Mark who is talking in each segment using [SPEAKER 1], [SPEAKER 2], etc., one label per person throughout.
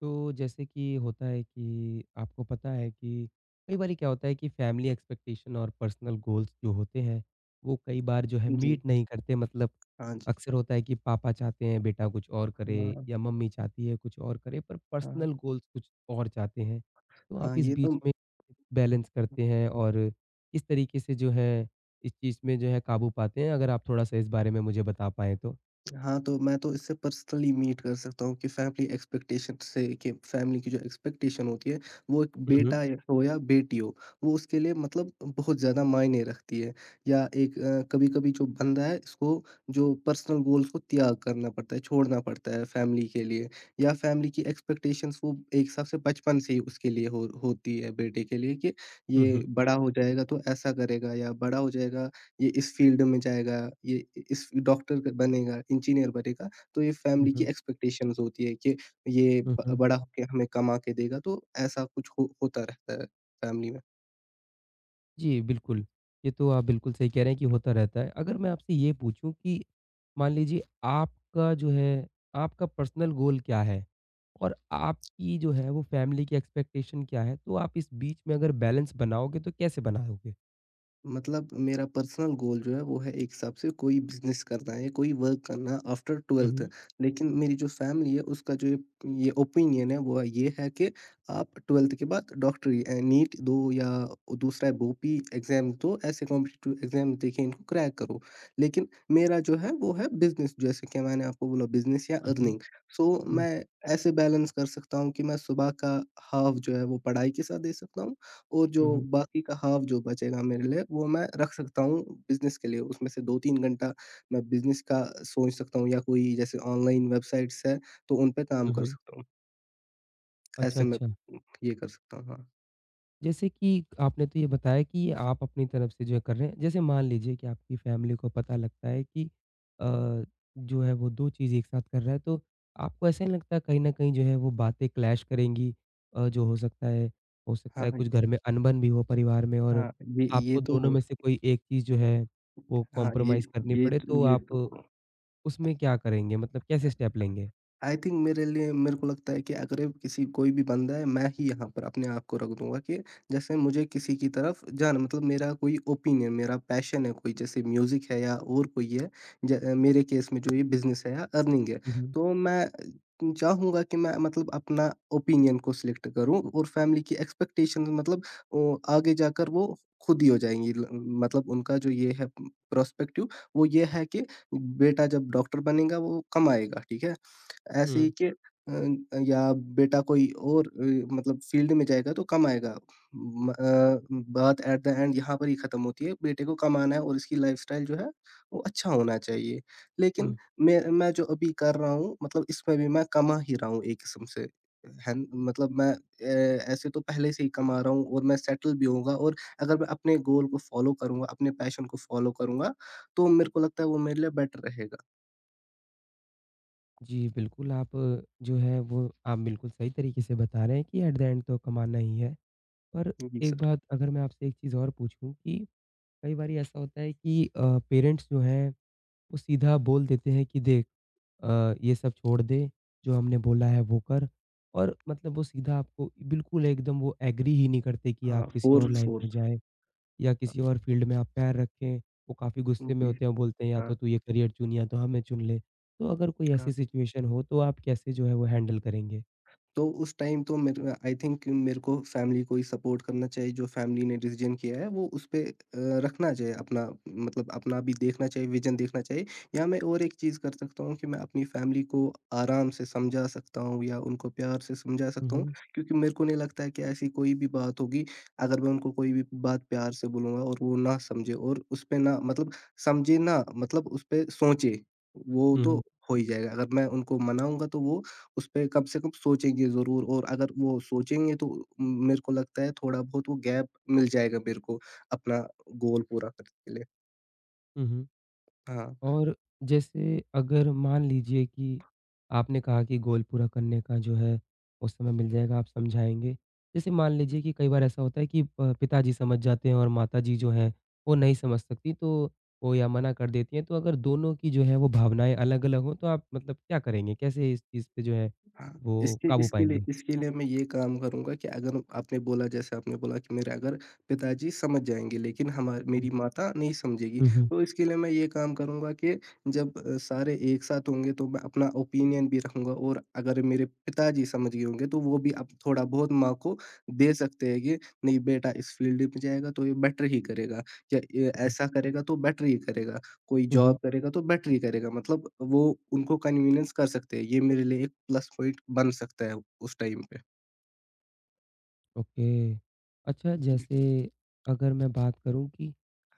[SPEAKER 1] तो जैसे कि होता है कि आपको पता है कि कई बारी क्या होता है कि फैमिली एक्सपेक्टेशन और पर्सनल गोल्स जो होते हैं, वो कई बार जो है
[SPEAKER 2] जी।
[SPEAKER 1] मीट नहीं करते मतलब
[SPEAKER 2] हाँ जी।
[SPEAKER 1] अक्सर होता है कि पापा चाहते हैं बेटा कुछ और करे
[SPEAKER 2] हाँ,
[SPEAKER 1] या मम्मी चाहती है कुछ और करे पर
[SPEAKER 2] हाँ।
[SPEAKER 1] पर्सनल गोल्स कुछ और चाहते हैं। तो
[SPEAKER 2] हाँ,
[SPEAKER 1] आप इस
[SPEAKER 2] ये
[SPEAKER 1] बीच
[SPEAKER 2] तो
[SPEAKER 1] में बैलेंस करते हैं और किस तरीके से जो है इस चीज़ में जो है काबू पाते हैं? अगर आप थोड़ा-सा इस बारे में मुझे बता पाएँ तो?
[SPEAKER 2] हाँ, तो मैं तो इससे पर्सनली मीट कर सकता हूँ कि फैमिली एक्सपेक्टेशन से कि फैमिली की जो एक्सपेक्टेशन होती है, वो एक
[SPEAKER 1] हुँ, हुँ।
[SPEAKER 2] बेटा या हो या बेटी हो, वो उसके लिए मतलब बहुत ज़्यादा मायने रखती है। या एक कभी-कभी जो बंदा है, इसको जो पर्सनल गोल्स को त्याग करना पड़ता है, छोड़ना पड़ता है फैमिली के लिए या फैमिली की एक्सपेक्टेशंस वो एक हिसाब से बचपन से ही उसके लिए हो होती है बेटे के लिए कि
[SPEAKER 1] हुँ,
[SPEAKER 2] ये
[SPEAKER 1] हुँ।
[SPEAKER 2] बड़ा हो जाएगा तो ऐसा करेगा या बड़ा हो जाएगा ये इस फ़ील्ड में जाएगा, ये इ इस डॉक्टर क बनेगा, इंजीनियर बनेगा, तो ये
[SPEAKER 1] हुँ,
[SPEAKER 2] फ़ैमिली की
[SPEAKER 1] हुँ।
[SPEAKER 2] एक्सपेक्टेशंस होती है कि ये
[SPEAKER 1] हुँ,
[SPEAKER 2] ब
[SPEAKER 1] हुँ।
[SPEAKER 2] बड़ा होके हमें कमा के देगा, तो ऐसा कुछ हो होता रहता है फ़ैमिली में।
[SPEAKER 1] जी, बिल्कुल। ये तो आप बिल्कुल सही कह रहे हैं कि होता रहता है। अगर मैं आपसे ये पूछूँ कि मान लीजिए आपका जो है, आपका पर्सनल गोल क्या है? और आपकी जो है वो फैमिली की एक्सपेक्टेशन क्या है? तो आप इस बीच में अगर बैलेंस बनाओगे तो कैसे बनाओगे?
[SPEAKER 2] मतलब मेरा पर्सनल गोल जो है वो है एक हिसाब से कोई बिज़नेस करना है, कोई वर्क करना आफ्टर
[SPEAKER 1] हुँ,
[SPEAKER 2] 12th।
[SPEAKER 1] हुँ।
[SPEAKER 2] लेकिन मेरी जो फैमिली है उसका जो ये ओपिनियन है वो ये है कि आप 12th के बाद डॉक्टरी नीट दो या दूसरा है बोपी एग्ज़ाम दो, ऐसे कॉम्पिटिटिव एग्ज़ाम देखिए इनको क्रैक करो। लेकिन मेरा जो है वो है बिज़नेस जैसे कि मैंने आपको बोला बिज़नेस या
[SPEAKER 1] हुँ, हुँ।
[SPEAKER 2] अर्निंग। सो
[SPEAKER 1] हुँ,
[SPEAKER 2] मैं ऐसे बैलेंस कर सकता हूँ कि मैं सुबह का हाफ़ जो है वो पढ़ाई के साथ दे सकता हूँ और जो
[SPEAKER 1] हुँ,
[SPEAKER 2] बाकी का हाफ़ जो बचेगा मेरे लिए, वो मैं रख सकता हूँ बिज़नेस के लिए। उसमें से 2-3 घंटा मैं बिज़नेस का सोच सकता हूँ या कोई जैसे ऑनलाइन वेबसाइट्स है, तो उन पे काम
[SPEAKER 1] हुँ,
[SPEAKER 2] कर
[SPEAKER 1] हुँ।
[SPEAKER 2] सकता हूँ।
[SPEAKER 1] अच्छा,
[SPEAKER 2] ऐसे मैं
[SPEAKER 1] अच्छा।
[SPEAKER 2] ये कर सकता हूँ, हाँ।
[SPEAKER 1] जैसे कि आपने तो ये बताया कि ये आप अपनी तरफ से जो है कर रहे हैं। जैसे मान लीजिए कि आपकी फैमिली को पता लगता है कि अ, जो है वो 2 चीज़ एक साथ कर रहा है, तो आपको ऐसा नहीं लगता कहीं न कहीं जो है वो बातें क्लैश करेंगी? जो हो सकता है
[SPEAKER 2] हाँ,
[SPEAKER 1] कुछ घर में अनबन भी हो परिवार में और
[SPEAKER 2] हाँ, ये ये
[SPEAKER 1] आपको
[SPEAKER 2] तो
[SPEAKER 1] दोनों
[SPEAKER 2] हो
[SPEAKER 1] में से कोई एक चीज़ जो है वो
[SPEAKER 2] हाँ,
[SPEAKER 1] कॉम्प्रोमाइज़ करनी पड़े, तो
[SPEAKER 2] ये तो
[SPEAKER 1] आप उसमें क्या करेंगे? मतलब कैसे स्टेप लेंगे?
[SPEAKER 2] आई थिंक मेरे लिए मेरे को लगता है कि अगर ये किसी कोई भी बंदा है, मैं ही यहाँ पर अपने आप को रख दूँगा कि जैसे मुझे किसी की तरफ जाना मतलब मेरा कोई ओपिनियन, मेरा पैशन है कोई जैसे म्यूज़िक है या और कोई है, मेरे केस में जो ये बिज़नेस है या अर्निंग है।
[SPEAKER 1] हुँ, हुँ।
[SPEAKER 2] तो मैं चाहूँगा कि मैं मतलब अपना ओपिनियन को सिलेक्ट करूँ और फैमिली की एक्सपेक्टेशंस मतलब ओ आगे जाकर वो खुद ही हो जाएँगी ल मतलब उनका जो ये है प्रोस्पेक्टिव वो ये है कि बेटा जब डॉक्टर बनेगा वो कमाएगा, ठीक है? ऐसे ही
[SPEAKER 1] हुँ,
[SPEAKER 2] कि या बेटा कोई और मतलब फ़ील्ड में जाएगा तो कम आएगा। म अ, बात एट द एंड यहाँ पर ही ख़त्म होती है, बेटे को कमाना है और इसकी लाइफ़स्टाइल जो है, वो अच्छा होना चाहिए। लेकिन
[SPEAKER 1] हुँ।
[SPEAKER 2] मैं जो अभी कर रहा हूँ, मतलब इसमें भी मैं कमा ही रहा हूँ एक किस्म से। है न? मतलब मैं ऐसे तो पहले से ही कमा रहा हूँ और मैं सेटल भी होऊँगा और अगर मैं अपने गोल को फ़ॉलो करूँगा, अपने पैशन को फ़ॉलो करूँगा, तो मेरे को लगता है वो मेरे लिए बेटर रहेगा।
[SPEAKER 1] जी, बिल्कुल, आप जो है वो आप बिल्कुल सही तरीके से बता रहे हैं कि एट द एंड तो कमाना ही है। पर
[SPEAKER 2] जी
[SPEAKER 1] एक
[SPEAKER 2] सर।
[SPEAKER 1] बात अगर मैं आपसे एक चीज़ और पूछूँ कि कई बारी ऐसा होता है कि पेरेंट्स जो हैं वो सीधा बोल देते हैं कि देख ये सब छोड़ दे, जो हमने बोला है वो कर और मतलब वो सीधा आपको बिल्कुल एकदम वो एग्री ही नहीं करते कि
[SPEAKER 2] हाँ,
[SPEAKER 1] आप किसी और
[SPEAKER 2] 4,
[SPEAKER 1] लाइन
[SPEAKER 2] 4।
[SPEAKER 1] में जाएँ। या किसी और फ़ील्ड में आप पैर रखें, वो काफ़ी गुस्से में
[SPEAKER 2] जी,
[SPEAKER 1] होते हैं, वो बोलते हैं या तो
[SPEAKER 2] हाँ,
[SPEAKER 1] तू ये करियर चुन या तो हमें चुन ले। तो अगर कोई
[SPEAKER 2] हाँ।
[SPEAKER 1] ऐसी सिचुएशन हो तो आप कैसे जो है वो हैंडल करेंगे?
[SPEAKER 2] तो उस टाइम तो मेरे आई थिंक मेरे को फैमिली को ही सपोर्ट करना चाहिए, जो फैमिली ने डिसीज़न किया है वो उस पे रखना चाहिए अपना मतलब अपना भी देखना चाहिए, विज़न देखना चाहिए। या मैं और एक चीज़ कर सकता हूँ कि मैं अपनी फैमिली को आराम से समझा सकता हूँ या उनको प्यार से समझा
[SPEAKER 1] हुँ,
[SPEAKER 2] सकता हूँ,
[SPEAKER 1] हुँ।
[SPEAKER 2] क्योंकि मेरे को नहीं लगता है कि ऐसी कोई भी बात होगी, अगर मैं उनको कोई भी बात प्यार से बोलूँगा और वो ना समझे और उस पे ना मतलब समझे ना मतलब उस पे सोचे, वो
[SPEAKER 1] हुँ,
[SPEAKER 2] तो
[SPEAKER 1] हुँ।
[SPEAKER 2] हो ही जाएगा। अगर मैं उनको मनाऊँगा तो वो उसपे कम से कम सोचेंगे ज़रूर और अगर वो सोचेंगे तो मेरे को लगता है थोड़ा बहुत वो गैप मिल जाएगा मेरे को अपना गोल पूरा करने के लिए।
[SPEAKER 1] हुँ, हुँ।
[SPEAKER 2] हाँ।
[SPEAKER 1] और जैसे अगर मान लीजिए कि आपने कहा कि गोल पूरा करने का जो है उस समय मिल जाएगा, आप समझाएँगे। जैसे मान लीजिए कि कई बार ऐसा होता है कि प पिताजी समझ जाते हैं और माताजी जो हैं वो नहीं समझ सकती तो वो या मना कर देती हैं। तो अगर दोनों की जो है वो भावनाएँ अलग-अलग हों तो आप मतलब क्या करेंगे? कैसे इस चीज़ पे जो है
[SPEAKER 2] हाँ,
[SPEAKER 1] वो
[SPEAKER 2] इसके
[SPEAKER 1] काबू पाएँगे?
[SPEAKER 2] इसके लिए मैं ये काम करूँगा कि अगर आपने बोला जैसे आपने बोला कि मेरे अगर पिताजी समझ जाएँगे लेकिन हमा
[SPEAKER 1] हुँ,
[SPEAKER 2] मेरी माता नहीं समझेगी।
[SPEAKER 1] हुँ, हुँ,
[SPEAKER 2] तो इसके लिए मैं ये काम करूँगा कि जब सारे एक साथ होंगे तो मैं अपना ओपिनियन भी रखूँगा और अगर मेरे पिताजी समझ गए होंगे तो वो भी अब थोड़ा बहुत माँ को दे सकते हैं कि नहीं बेटा इस फ़ील्ड में जाएगा तो ये बेटर ही करेगा या ए
[SPEAKER 1] हुँ,
[SPEAKER 2] ऐसा करेगा तो बेटर ही करेगा। कोई
[SPEAKER 1] हुँ, हुँ।
[SPEAKER 2] जॉब करेगा तो बेटर ही करेगा मतलब वो उनको कन्वीनियंस कर सकते हैं, ये मेरे लिए एक प्लस पॉइंट बन सकता है उस टाइम पे।
[SPEAKER 1] ओके। अच्छा जैसे अगर मैं बात करूँ कि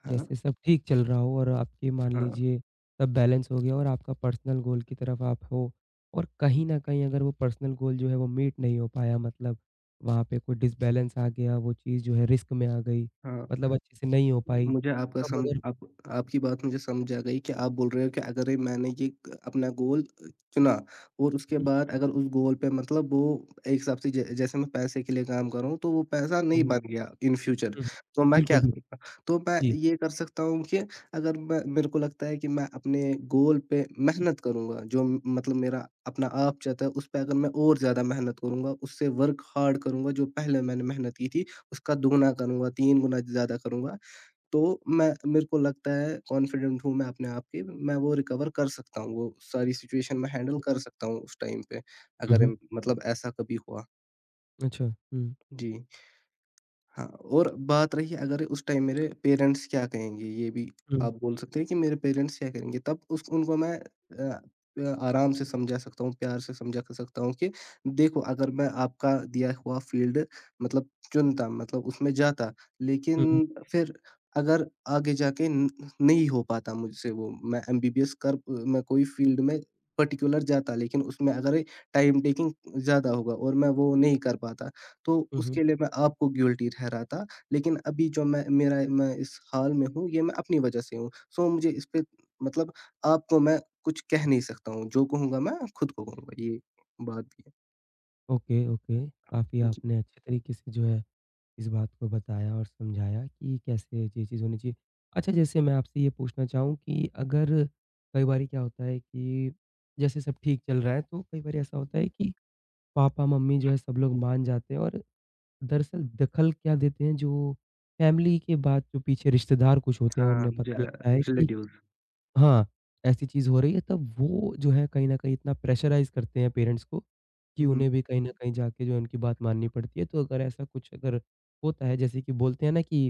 [SPEAKER 2] हाँ,
[SPEAKER 1] जैसे सब ठीक चल रहा हो और आपकी मान
[SPEAKER 2] हाँ,
[SPEAKER 1] लीजिए सब बैलेंस हो गया और आपका पर्सनल गोल की तरफ आप हो और कहीं
[SPEAKER 2] हुँ,
[SPEAKER 1] न कहीं अगर वो पर्सनल गोल जो है वो मीट नहीं हो पाया मतलब वहाँ पे कोई डिसबैलेंस आ गया, वो चीज़ जो है रिस्क में आ गई,
[SPEAKER 2] हाँ।
[SPEAKER 1] मतलब अच्छे से नहीं हो पाई,
[SPEAKER 2] मुझे आपका
[SPEAKER 1] तब
[SPEAKER 2] सम
[SPEAKER 1] अगर
[SPEAKER 2] आप आपकी बात मुझे समझ आ गई कि आप बोल रहे हो कि अगर ये मैंने ये क अपना गोल चुना और उसके
[SPEAKER 1] हुँ,
[SPEAKER 2] बाद अगर उस गोल पे मतलब वो एक हिसाब से ज जैसे मैं पैसे के लिए काम कर रहा हूँ, तो वो पैसा नहीं
[SPEAKER 1] हुँ,
[SPEAKER 2] बन गया इन फ्यूचर,
[SPEAKER 1] हुँ, हुँ।
[SPEAKER 2] तो मैं
[SPEAKER 1] बिल्कुल,
[SPEAKER 2] क्या
[SPEAKER 1] बिल्कुल।
[SPEAKER 2] करूँगा? तो मैं
[SPEAKER 1] जी।
[SPEAKER 2] ये कर सकता हूँ कि अगर मैं मेरे को लगता है कि मैं अपने गोल पे मेहनत करूँगा, जो मतलब मेरा अपना आप चाहता है, उस पे अगर मैं और ज़्यादा मेहनत करूँगा, उससे वर्क हार्ड करूँगा, जो पहले मैंने मेहनत की थी, उसका दुगुना करूँगा, 3 गुना ज़्यादा करूँगा। तो मैं मेरे को लगता है कॉन्फिडेंट हूँ मैं अपने आप के, मैं वो रिकवर कर सकता हूँ, वो सारी सिचुएशन मैं हैंडल कर सकता हूँ उस टाइम पे,
[SPEAKER 1] हुँ,
[SPEAKER 2] अगर
[SPEAKER 1] हुँ।
[SPEAKER 2] मतलब ऐसा कभी हुआ।
[SPEAKER 1] अच्छा। हुँ,
[SPEAKER 2] जी। हाँ, और बात रही अगर उस टाइम मेरे पेरेंट्स क्या कहेंगे, ये भी
[SPEAKER 1] हुँ,
[SPEAKER 2] आप बोल सकते हैं कि मेरे पेरेंट्स क्या कहेंगे, तब उस उनको मैं अ आराम से समझा सकता हूँ, प्यार से समझा क सकता हूँ कि देखो अगर मैं आपका दिया हुआ फ़ील्ड मतलब चुनता, मतलब उसमें जाता,
[SPEAKER 1] हुँ, हुँ,
[SPEAKER 2] लेकिन फिर अगर आगे जाके न नहीं हो पाता मुझसे वो, मैं एमबीबीएस कर मैं कोई फ़ील्ड में पर्टिकुलर जाता, लेकिन उसमें अगर टाइम टेकिंग ज़्यादा होगा और मैं वो नहीं कर पाता, तो
[SPEAKER 1] हुँ, हुँ।
[SPEAKER 2] उसके लिए मैं आपको गिल्टी ठहराता, लेकिन अभी जो मैं इस हाल में हूँ, ये मैं अपनी वजह से हूँ। सो मुझे इस पे मतलब आपको मैं कुछ कह नहीं सकता हूँ, जो कहूँगा मैं खुद को कहूँगा, ये बात भी है।
[SPEAKER 1] Okay, okay. काफ़ी
[SPEAKER 2] जी।
[SPEAKER 1] आपने अच्छे तरीके से जो है इस बात को बताया और समझाया कि कैसे ये चीज़ होनी चाहिए। अच्छा जैसे मैं आपसे ये पूछना चाहूँ कि अगर कई बारी क्या होता है कि जैसे सब ठीक चल रहा है तो कई बारी ऐसा होता है कि पापा-मम्मी जो है सब लोग मान जाते हैं और दरअसल दखल क्या देते हैं जो फैमिली के बाद जो पीछे रिश्तेदार कुछ होते हैं,
[SPEAKER 2] हाँ,
[SPEAKER 1] उन्हें
[SPEAKER 2] जो
[SPEAKER 1] पता
[SPEAKER 2] है
[SPEAKER 1] लगता है कि
[SPEAKER 2] रिलेटिव्स।
[SPEAKER 1] हाँ, ऐसी चीज़ हो रही है तब वो जो है कहीं न कहीं इतना प्रेशराइज़ करते हैं पेरेंट्स को, कि
[SPEAKER 2] हुँ,
[SPEAKER 1] उन्हें
[SPEAKER 2] हुँ।
[SPEAKER 1] भी कहीं न कहीं जाके जो है उनकी बात माननी पड़ती है। तो अगर ऐसा कुछ अगर होता है जैसे कि बोलते हैं ना कि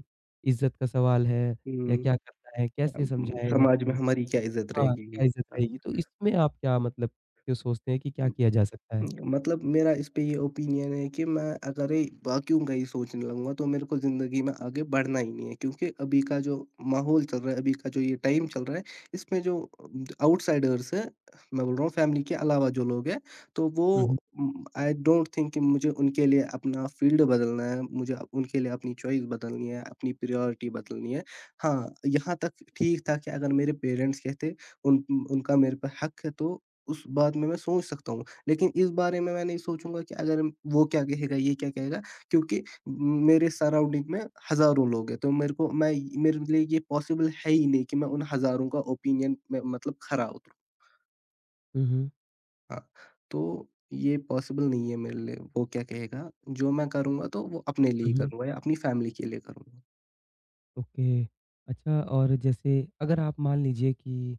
[SPEAKER 1] इज़्ज़त का सवाल है या
[SPEAKER 2] हुँ,
[SPEAKER 1] क्या करना है, कैसे समझाएगा
[SPEAKER 2] समाज में
[SPEAKER 1] तू?
[SPEAKER 2] हमारी क्या इज़्ज़त
[SPEAKER 1] हाँ,
[SPEAKER 2] रहेगी?
[SPEAKER 1] क्या इज़्ज़त
[SPEAKER 2] हाँ।
[SPEAKER 1] रहेगी? तो इसमें आप क्या मतलब क्यों सोचते हैं कि क्या
[SPEAKER 2] हम्म।
[SPEAKER 1] किया जा सकता है?
[SPEAKER 2] मतलब मेरा इस पे ये ओपिनियन है कि मैं अगर ये वैक्यूम का ही सोचने लगूँगा तो मेरे को ज़िंदगी में आगे बढ़ना ही नहीं है क्योंकि अभी का जो माहौल चल रहा है, अभी का जो ये टाइम चल रहा है, इसमें जो आउटसाइडर्स हैं, मैं बोल रहा हूँ फैमिली के अलावा जो लोग हैं, तो
[SPEAKER 1] हुँ,
[SPEAKER 2] वो
[SPEAKER 1] हुँ।
[SPEAKER 2] आई डोंट थिंक कि मुझे उनके लिए अपना फ़ील्ड बदलना है, उनके लिए अपनी चॉइस बदलनी है, अपनी प्रायोरिटी बदलनी है। हाँ, यहाँ तक ठीक था कि अगर मेरे पेरेंट्स कहते उन उनका मेरे पे हक है तो उस बात में मैं सोच सकता हूँ। लेकिन इस बारे में मैं नहीं सोचूँगा कि अगर वो क्या कहेगा, ये क्या कहेगा क्योंकि मेरे सराउंडिंग में हज़ारों लोग हैं, तो मेरे को मैं मेरे लिए ये पॉसिबल है ही नहीं कि मैं उन हज़ारों का ओपिनियन में मतलब खरा उतरूँ।
[SPEAKER 1] हुँ, हुँ।
[SPEAKER 2] हाँ, तो ये पॉसिबल नहीं है मेरे लिए, वो क्या कहेगा। जो मैं करूँगा तो वो अपने लिए
[SPEAKER 1] हुँ,
[SPEAKER 2] ही
[SPEAKER 1] हुँ।
[SPEAKER 2] करूँगा या अपनी फैमिली के लिए करूँगा।
[SPEAKER 1] ओके। अच्छा और जैसे अगर आप मान लीजिए कि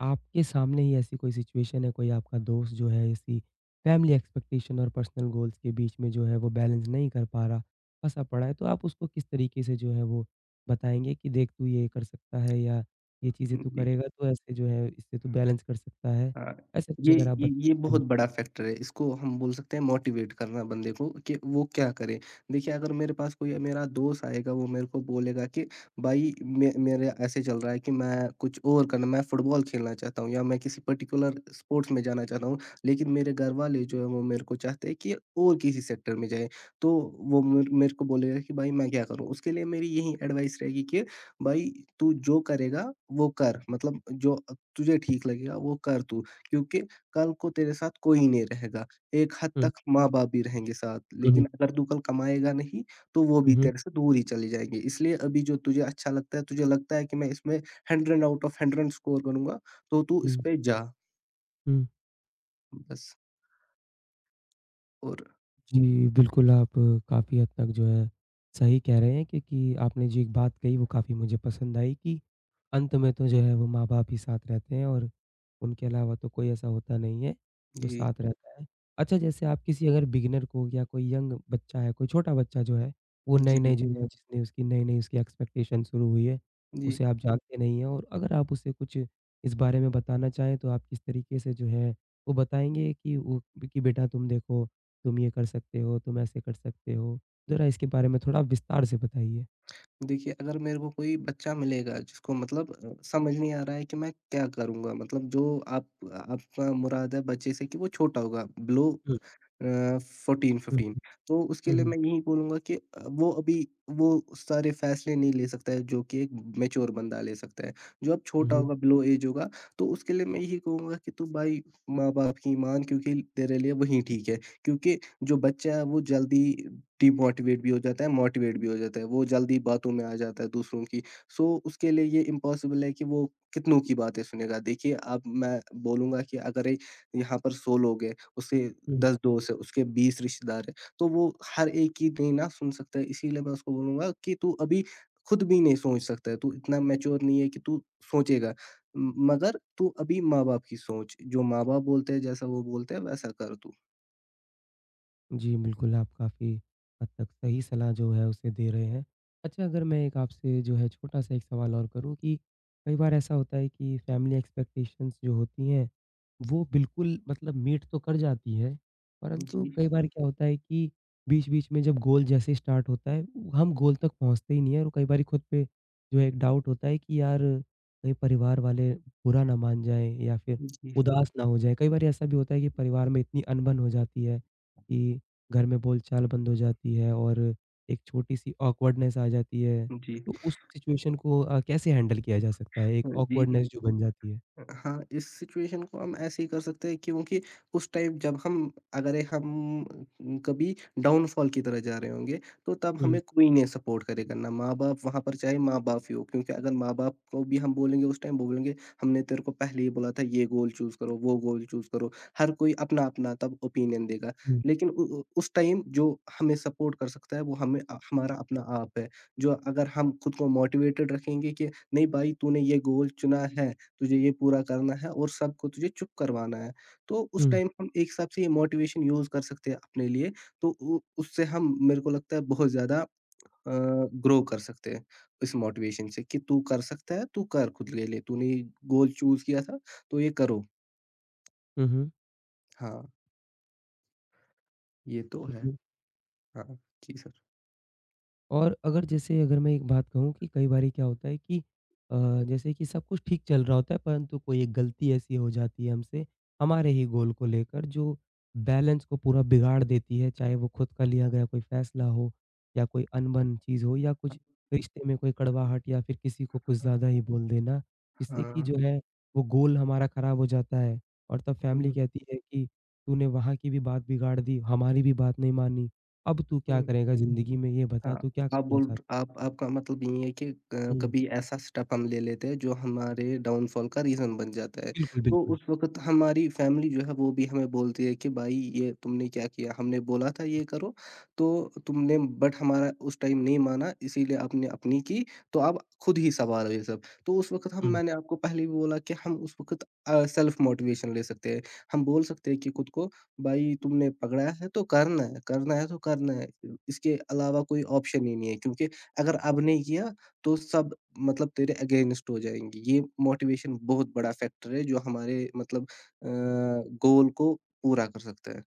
[SPEAKER 1] आपके सामने ही ऐसी कोई सिचुएशन है, कोई आपका दोस्त जो है इसी फैमिली एक्सपेक्टेशन और पर्सनल गोल्स के बीच में जो है वो बैलेंस नहीं कर पा रहा, फँसा पड़ा है, तो आप उसको किस तरीके से जो है वो बताएँगे कि देख तू ये कर सकता है या ये चीज़ें
[SPEAKER 2] हुँ,
[SPEAKER 1] तू
[SPEAKER 2] जी।
[SPEAKER 1] करेगा तो ऐसे जो है इससे तू बैलेंस कर सकता है?
[SPEAKER 2] हाँ,
[SPEAKER 1] ऐसा कुछ
[SPEAKER 2] ये
[SPEAKER 1] अगर आप
[SPEAKER 2] ये ये
[SPEAKER 1] बताना चाहें
[SPEAKER 2] बहुत
[SPEAKER 1] तो?
[SPEAKER 2] बड़ा फैक्टर है। इसको हम बोल सकते हैं मोटिवेट करना बंदे को कि वो क्या करे। देखिए अगर मेरे पास कोई मेरा दोस्त आएगा वो मेरे को बोलेगा कि भाई मे मेरा ऐसे चल रहा है कि मैं कुछ और करना मैं फुटबॉल खेलना चाहता हूँ या मैं किसी पर्टिकुलर स्पोर्ट्स में जाना चाहता हूँ। लेकिन मेरे घरवाले जो है वो मेरे को चाहते हैं कि और किसी सेक्टर में जाए। तो वो मेरे को बोलेगा कि भाई मैं क्या करूँ? उसके लिए मेरी यही एडवाइस रहेगी कि भाई तू जो करेगा वो कर। मतलब जो तुझे ठीक लगेगा वो कर तू। क्योंकि कल को तेरे साथ कोई नहीं रहेगा। एक हद
[SPEAKER 1] हुँ।
[SPEAKER 2] तक माँ-बाप भी रहेंगे साथ,
[SPEAKER 1] हुँ, हुँ।
[SPEAKER 2] लेकिन अगर तू कल कमाएगा नहीं, तो वो
[SPEAKER 1] हुँ,
[SPEAKER 2] भी
[SPEAKER 1] हुँ।
[SPEAKER 2] तेरे से दूर ही चले जाएँगे। इसलिए अभी जो तुझे अच्छा लगता है, तुझे लगता है कि मैं इसमें 100 आउट ऑफ 100 स्कोर करूँगा, तो तू इस
[SPEAKER 1] हुँ,
[SPEAKER 2] पे जा
[SPEAKER 1] हुँ।
[SPEAKER 2] बस और
[SPEAKER 1] जी, बिल्कुल आप काफ़ी हद तक जो है सही कह रहे हैं क्योंकि आपने जो एक बात कही वो काफ़ी मुझे पसंद आई कि अंत में तो जो है वो माँ-बाप ही साथ रहते हैं और उनके अलावा तो कोई ऐसा होता नहीं है जो
[SPEAKER 2] जी,
[SPEAKER 1] साथ रहता है। अच्छा जैसे आप किसी अगर बिगिनर को या कोई यंग बच्चा है, कोई छोटा बच्चा जो है वो नई-नई
[SPEAKER 2] जी,
[SPEAKER 1] जो है जिसने उसकी नई-नई उसकी एक्सपेक्टेशन शुरू हुई है,
[SPEAKER 2] जी।
[SPEAKER 1] उसे आप जानते नहीं हैं और अगर आप उसे कुछ इस बारे में बताना चाहें तो आप किस तरीके से जो है वो बताएँगे कि वो कि बेटा तुम देखो तुम ये कर सकते हो, तुम ऐसे कर सकते हो। ज़रा इसके बारे में थोड़ा विस्तार से बताइए।
[SPEAKER 2] देखिए, अगर मेरे को कोई बच्चा मिलेगा जिसको मतलब समझ नहीं आ रहा है कि मैं क्या करूँगा? मतलब जो आप आपका मुराद है बच्चे से कि वो छोटा होगा बिलो
[SPEAKER 1] हुँ। हुँ,
[SPEAKER 2] 14-15 तो उसके
[SPEAKER 1] हुँ,
[SPEAKER 2] लिए
[SPEAKER 1] हुँ,
[SPEAKER 2] मैं यही बोलूँगा कि वो अभी वो सारे फ़ैसले नहीं ले सकता है जो कि एक मैच्योर बंदा ले सकता है। जो अब
[SPEAKER 1] हुँ,
[SPEAKER 2] छोटा
[SPEAKER 1] हुँ,
[SPEAKER 2] होगा बिलो एज होगा तो उसके लिए मैं यही कहूँगा कि तू भाई माँ-बाप की मान क्योंकि तेरे लिए वही ठीक है। क्योंकि जो बच्चा है वो जल्दी डिमोटिवेट भी हो जाता है, मोटिवेट भी हो जाता है, वो जल्दी बातों में आ जाता है दूसरों की। सो उसके लिए ये इम्पॉसिबल है कि वो कितनों की बातें सुनेगा। देखिए अब मैं बोलूँगा कि अगर ए यहाँ पर 100 लोग हैं, उसके
[SPEAKER 1] हुँ।
[SPEAKER 2] 10 दोस्त हैं, उसके 20 रिश्तेदार हैं, तो वो हर एक की नहीं ना सुन सकता है। इसीलिए मैं उसको बोलूँगा कि तू अभी खुद भी नहीं सोच सकता है, तू इतना मैच्योर नहीं है कि तू सोचेगा। म मगर तू अभी माँ-बाप की सोच, जो माँ-बाप बोलते हैं, जैसा वो बोलते हैं वैसा कर तू।
[SPEAKER 1] जी, बिल्कुल आप काफ़ी हद तक सही सलाह जो है उसे दे रहे हैं। अच्छा अगर मैं एक आपसे जो है छोटा-सा एक सवाल और करूँ कि कई बार ऐसा होता है कि फैमिली एक्सपेक्टेशंस जो होती हैं वो बिल्कुल मतलब मीट तो कर जाती हैं, परंतु
[SPEAKER 2] जी।
[SPEAKER 1] कई बार क्या होता है कि बीच-बीच में जब गोल जैसे स्टार्ट होता है, हम गोल तक पहुँचते ही नहीं है और कई बारी खुद पे जो है एक डाउट होता है कि यार कहीं परिवार वाले बुरा ना मान जाएँ या फिर
[SPEAKER 2] जी।
[SPEAKER 1] उदास ना हो जाएँ। कई बार ऐसा भी होता है कि परिवार में इतनी अनबन हो जाती है कि घर में बोलचाल बंद हो जाती है और एक छोटी-सी ऑकवर्डनेस आ जाती है।
[SPEAKER 2] जी,
[SPEAKER 1] तो उस सिचुएशन को कैसे हैंडल किया जा सकता है? एक
[SPEAKER 2] जी।
[SPEAKER 1] ऑकवर्डनेस जो बन जाती है?
[SPEAKER 2] हाँ, इस सिचुएशन को हम ऐसे ही कर सकते हैं क्योंकि उस टाइम जब हम अगर ये हम कभी डाउनफॉल की तरह जा रहे होंगे, तो तब
[SPEAKER 1] हुँ,
[SPEAKER 2] हमें कोई नहीं सपोर्ट करेगा, ना माँ-बाप वहाँ पर चाहे माँ-बाप ही हो क्योंकि अगर माँ-बाप को भी हम बोलेंगे उस टाइम वो बोलेंगे, "हमने तेरे को पहले ही बोला था ये गोल चूज़ करो, वो गोल चूज़ करो।" हर कोई अपना-अपना तब ओपिनियन देगा,
[SPEAKER 1] हुँ, हुँ।
[SPEAKER 2] लेकिन उ उ उस टाइम जो हमें सपोर्ट कर सकता है वो हमें हमारा अपना आप है, जो अगर हम खुद को मोटिवेटेड रखेंगे कि नहीं भाई तूने ये गोल चुना है तुझे ये पूरा करना है और सबको तुझे चुप करवाना है। तो उस टाइम हम एक हिसाब से ये मोटिवेशन यूज़ कर सकते हैं अपने लिए, तो उ उससे हम मेरे को लगता है बहुत ज़्यादा ग्रो कर सकते हैं इस मोटिवेशन से कि तू कर सकता है, तू कर खुद के लिए, तूने ये गोल चूज़ किया था, तो ये करो।
[SPEAKER 1] हुँ, हुँ।
[SPEAKER 2] हाँ, ये तो है।
[SPEAKER 1] हुँ।
[SPEAKER 2] हाँ, जी सर।
[SPEAKER 1] और अगर जैसे अगर मैं एक बात कहूँ कि कई बारी क्या होता है कि अ, जैसे कि सब कुछ ठीक चल रहा होता है परंतु कोई एक गलती ऐसी हो जाती है हमसे, हमारे ही गोल को लेकर जो बैलेंस को पूरा बिगाड़ देती है, चाहे वो खुद का लिया गया कोई फ़ैसला हो या कोई अनबन चीज़ हो या
[SPEAKER 2] हाँ,
[SPEAKER 1] कुछ रिश्ते में कोई कड़वाहट या फिर किसी को कुछ
[SPEAKER 2] हाँ,
[SPEAKER 1] ज़्यादा ही बोल देना, जिससे कि
[SPEAKER 2] हाँ,
[SPEAKER 1] जो है वो गोल हमारा ख़राब हो जाता है और तब फैमिली
[SPEAKER 2] हुँ,
[SPEAKER 1] कहती है कि तूने वहाँ की भी बात बिगाड़ दी, हमारी भी बात नहीं मानी। अब तू क्या
[SPEAKER 2] हुँ।
[SPEAKER 1] करेगा ज़िंदगी में ये बता
[SPEAKER 2] हाँ,
[SPEAKER 1] तू क्या
[SPEAKER 2] आप
[SPEAKER 1] करना
[SPEAKER 2] बोल
[SPEAKER 1] चाहता है।
[SPEAKER 2] आप आपका मतलब ये है कि
[SPEAKER 1] हुँ,
[SPEAKER 2] कभी ऐसा स्टेप हम ले लेते हैं जो हमारे डाउनफॉल का रीज़न बन जाता है।
[SPEAKER 1] बिल्कुल,
[SPEAKER 2] तो
[SPEAKER 1] बिल्कुल।
[SPEAKER 2] उस वक़्त हमारी फैमिली जो है वो भी हमें बोलती है कि भाई ये तुमने क्या किया? हमने बोला था ये करो, तो तुमने बट हमारा उस टाइम नहीं माना इसीलिए आपने अपनी की, तो आप खुद ही सँभालो ये सब। तो उस वक़्त हम
[SPEAKER 1] हुँ,
[SPEAKER 2] मैंने आपको पहले भी बोला कि हम उस वक़्त सेल्फ मोटिवेशन ले सकते हैं। हम बोल सकते हैं कि खुद को भाई तुमने पकड़ा है तो करना है तो करना है। इसके अलावा कोई ऑप्शन ही नहीं है क्योंकि अगर अब नहीं किया तो सब मतलब तेरे अगेंस्ट हो जाएँगी। ये मोटिवेशन बहुत बड़ा फैक्टर है जो हमारे मतलब गोल को पूरा कर सकता है।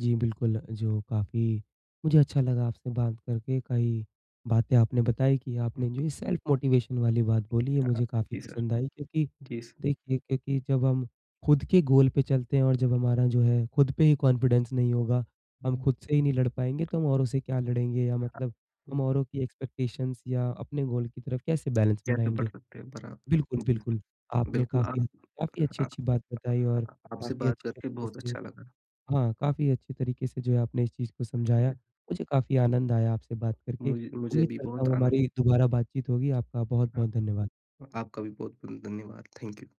[SPEAKER 1] जी बिल्कुल, जो काफ़ी मुझे अच्छा लगा आपसे बात करके, कई बातें आपने बताई कि आपने
[SPEAKER 2] हुँ,
[SPEAKER 1] जो ये सेल्फ मोटिवेशन वाली बात बोली है
[SPEAKER 2] हाँ।
[SPEAKER 1] मुझे काफ़ी
[SPEAKER 2] जी सर,
[SPEAKER 1] पसंद आई क्योंकि
[SPEAKER 2] जी स
[SPEAKER 1] देखिए क्योंकि जब हम खुद के गोल पे चलते हैं और जब हमारा जो है खुद पे ही कॉन्फिडेंस नहीं होगा, हम
[SPEAKER 2] हुँ।
[SPEAKER 1] खुद से ही नहीं लड़ पाएँगे तो हम औरों से क्या लड़ेंगे या
[SPEAKER 2] हाँ,
[SPEAKER 1] मतलब हम
[SPEAKER 2] हुँ,
[SPEAKER 1] औरों की एक्सपेक्टेशंस या अपने गोल की तरफ कैसे बैलेंस
[SPEAKER 2] कैसे बढ़
[SPEAKER 1] बनाएँगे?
[SPEAKER 2] सकते हैं
[SPEAKER 1] बिल्कुल,
[SPEAKER 2] बराबर। जी सर,
[SPEAKER 1] बिल्कुल। आपने
[SPEAKER 2] बिल्कुल
[SPEAKER 1] काफ़ी हद
[SPEAKER 2] आप
[SPEAKER 1] तक काफ़ी
[SPEAKER 2] हाँ,
[SPEAKER 1] अच्छी-अच्छी बात बताई और
[SPEAKER 2] हाँ, आपसे
[SPEAKER 1] काफ़ी
[SPEAKER 2] बात
[SPEAKER 1] अच्छे
[SPEAKER 2] करके
[SPEAKER 1] तरीके
[SPEAKER 2] बहुत
[SPEAKER 1] से
[SPEAKER 2] अच्छा लगा।
[SPEAKER 1] हाँ, काफ़ी अच्छे तरीके से जो है आपने इस चीज़ को समझाया।
[SPEAKER 2] मुझे
[SPEAKER 1] मुझे काफ़ी आनंद आया आपसे बात करके।
[SPEAKER 2] मुझे मुझे
[SPEAKER 1] उम्मीद
[SPEAKER 2] भी
[SPEAKER 1] करता
[SPEAKER 2] बहुत
[SPEAKER 1] हूँ
[SPEAKER 2] आनंद
[SPEAKER 1] हमारी दोबारा बातचीत होगी। आपका
[SPEAKER 2] हाँ,
[SPEAKER 1] बहुत-बहुत धन्यवाद।
[SPEAKER 2] आपका भी बहुत-बहुत धन्यवाद। Thank you.